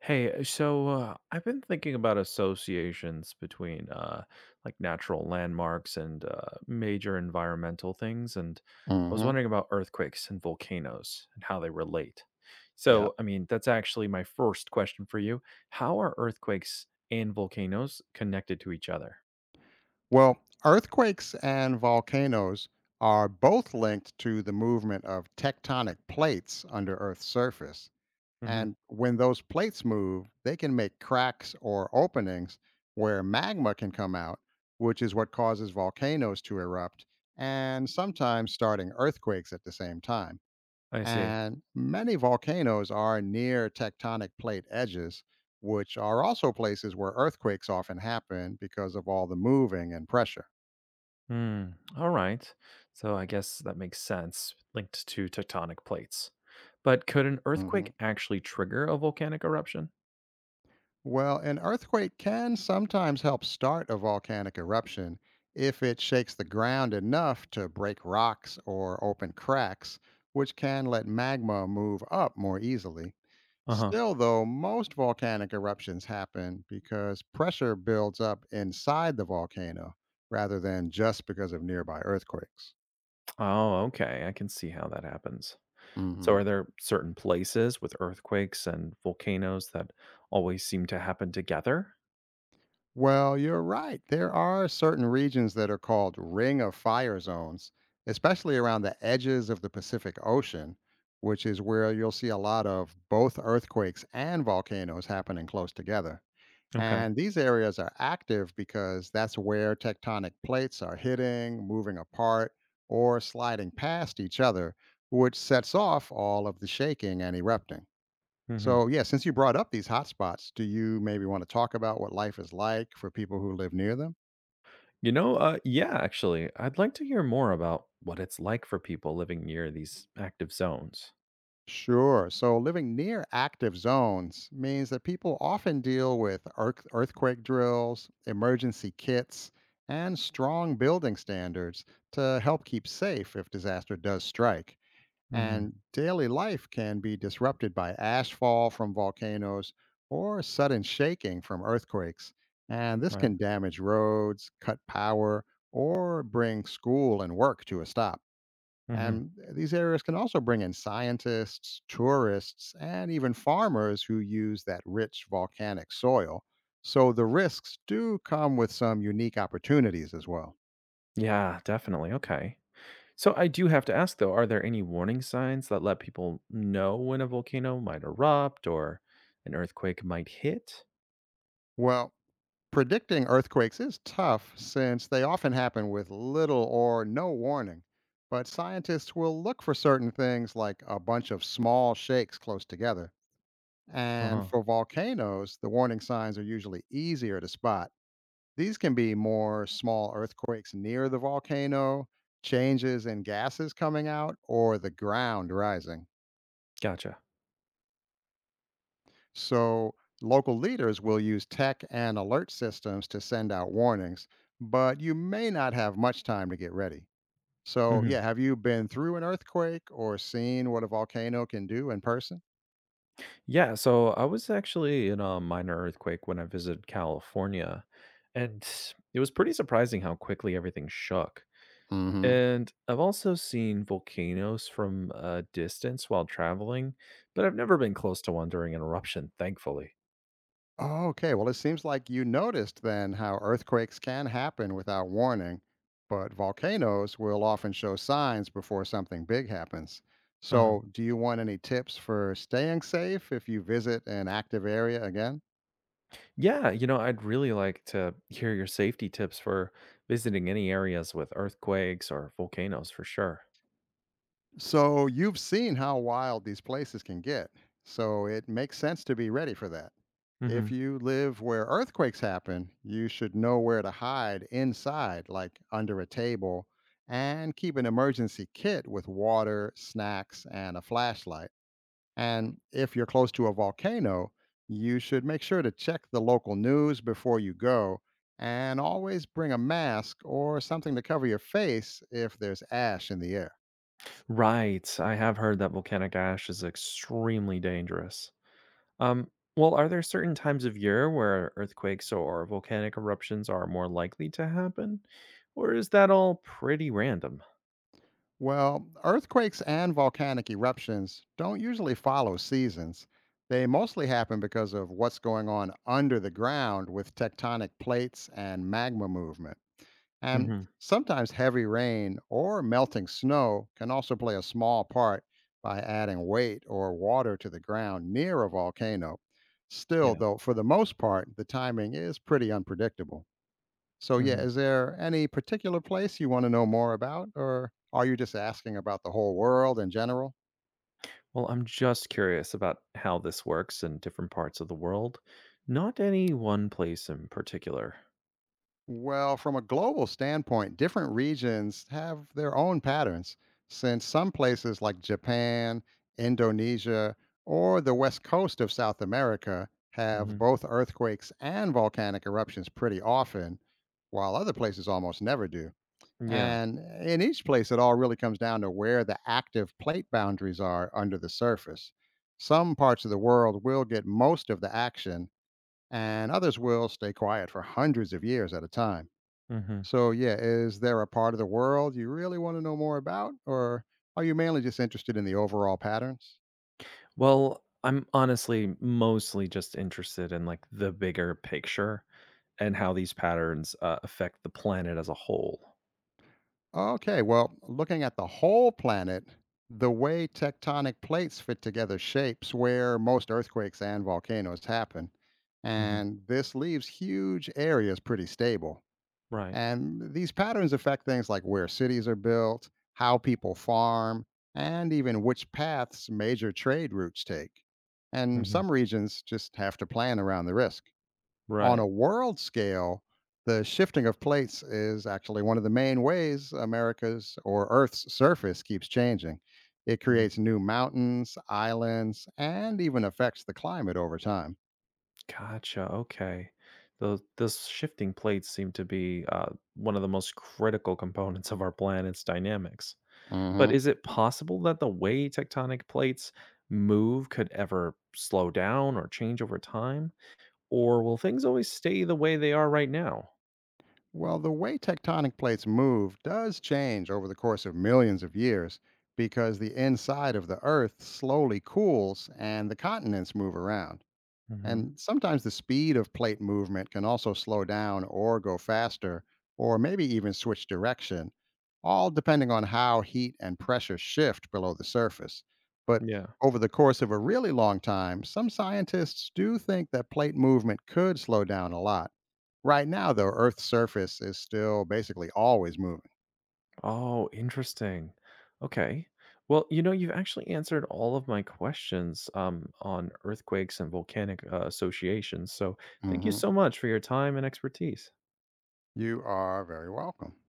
Hey, I've been thinking about associations between like natural landmarks and major environmental things, and I was Hmm. wondering about earthquakes and volcanoes and how they relate. Yeah. So, I mean, that's actually my first question for you. How are earthquakes and volcanoes connected to each other? Well, earthquakes and volcanoes are both linked to the movement of tectonic plates under Earth's surface. Hmm. And when those plates move, they can make cracks or openings where magma can come out, which is what causes volcanoes to erupt and sometimes starting earthquakes at the same time. I see. And many volcanoes are near tectonic plate edges, which are also places where earthquakes often happen because of all the moving and pressure. Hmm. All right. So I guess that makes sense, linked to tectonic plates. But could an Mhm. earthquake actually trigger a volcanic eruption? Well, an earthquake can sometimes help start a volcanic eruption if it shakes the ground enough to break rocks or open cracks, which can let magma move up more easily. Uh huh. Still, though, most volcanic eruptions happen because pressure builds up inside the volcano rather than just because of nearby earthquakes. Oh, okay. I can see how that happens. So, Hmm. are there certain places with earthquakes and volcanoes that always seem to happen together? Well, you're right. There are certain regions that are called ring of fire zones, especially around the edges of the Pacific Ocean, which is where you'll see a lot of both earthquakes and volcanoes happening close together. Okay. And these areas are active because that's where tectonic plates are hitting, moving apart, or sliding past each other, which sets off all of the shaking and erupting. Hmm. So, yeah, since you brought up these hotspots, do you maybe want to talk about what life is like for people who live near them? Yeah, actually, I'd like to hear more about what it's like for people living near these active zones. Sure. So living near active zones means that people often deal with earthquake drills, emergency kits, and strong building standards to help keep safe if disaster does strike. Hmm. And daily life can be disrupted by ash fall from volcanoes or sudden shaking from earthquakes. And this Right. can damage roads, cut power, or bring school and work to a stop. Hmm. And these areas can also bring in scientists, tourists, and even farmers who use that rich volcanic soil. So the risks do come with some unique opportunities as well. Yeah, definitely. Okay. So, I do have to ask though, are there any warning signs that let people know when a volcano might erupt or an earthquake might hit? Well, predicting earthquakes is tough since they often happen with little or no warning. But scientists will look for certain things like a bunch of small shakes close together. Uh And huh. for volcanoes, the warning signs are usually easier to spot. These can be more small earthquakes near the volcano, changes in gases coming out, or the ground rising. Gotcha. So, local leaders will use tech and alert systems to send out warnings, but you may not have much time to get ready. So, yeah, Hmm. have you been through an earthquake or seen what a volcano can do in person? Yeah, so I was actually in a minor earthquake when I visited California, and it was pretty surprising how quickly everything shook. Hmm. And I've also seen volcanoes from a distance while traveling, but I've never been close to one during an eruption, thankfully. Oh, okay. Well, it seems like you noticed then how earthquakes can happen without warning, but volcanoes will often show signs before something big happens. Uh-huh. So, do you want any tips for staying safe if you visit an active area again? Yeah, you know, I'd really like to hear your safety tips for visiting any areas with earthquakes or volcanoes for sure. So you've seen how wild these places can get. So it makes sense to be ready for that. If Hmm. you live where earthquakes happen, you should know where to hide inside, like under a table, and keep an emergency kit with water, snacks, and a flashlight. And if you're close to a volcano, you should make sure to check the local news before you go and always bring a mask or something to cover your face if there's ash in the air. Right. I have heard that volcanic ash is extremely dangerous. Um, well, are there certain times of year where earthquakes or volcanic eruptions are more likely to happen? Or is that all pretty random? Well, earthquakes and volcanic eruptions don't usually follow seasons. They mostly happen because of what's going on under the ground with tectonic plates and magma movement. And Hmm. sometimes heavy rain or melting snow can also play a small part by adding weight or water to the ground near a volcano. Still, Yeah. though, for the most part, the timing is pretty unpredictable. So yeah, Hmm. is there any particular place you want to know more about, or are you just asking about the whole world in general? Well, I'm just curious about how this works in different parts of the world, not any one place in particular. Well, from a global standpoint, different regions have their own patterns, since some places like Japan, Indonesia, or the west coast of South America have Hmm. both earthquakes and volcanic eruptions pretty often, while other places almost never do. Yeah. And in each place, it all really comes down to where the active plate boundaries are under the surface. Some parts of the world will get most of the action, and others will stay quiet for hundreds of years at a time. Hmm. So, yeah, is there a part of the world you really want to know more about, or are you mainly just interested in the overall patterns? Well, I'm honestly mostly just interested in like the bigger picture and how these patterns affect the planet as a whole. Okay, well, looking at the whole planet, the way tectonic plates fit together shapes where most earthquakes and volcanoes happen. Hmm. And this leaves huge areas pretty stable. Right. And these patterns affect things like where cities are built, how people farm, and even which paths major trade routes take. And Hmm. some regions just have to plan around the risk. On a Right. world scale, the shifting of plates is actually one of the main ways America's or Earth's surface keeps changing. It Mhm. creates new mountains, islands, and even affects the climate over time. Gotcha. Okay. Those shifting plates seem to be one of the most critical components of our planet's dynamics. But Hmm. is it possible that the way tectonic plates move could ever slow down or change over time? Or will things always stay the way they are right now? Well, the way tectonic plates move does change over the course of millions of years because the inside of the Earth slowly cools and the continents move around. Hmm. And sometimes the speed of plate movement can also slow down or go faster, or maybe even switch direction, all depending on how heat and pressure shift below the surface. But Yeah. over the course of a really long time, some scientists do think that plate movement could slow down a lot. Right now, though, Earth's surface is still basically always moving. Oh, interesting. Okay. Well, you know, you've actually answered all of my questions on earthquakes and volcanic associations. So thank you Hmm. so much for your time and expertise. You are very welcome.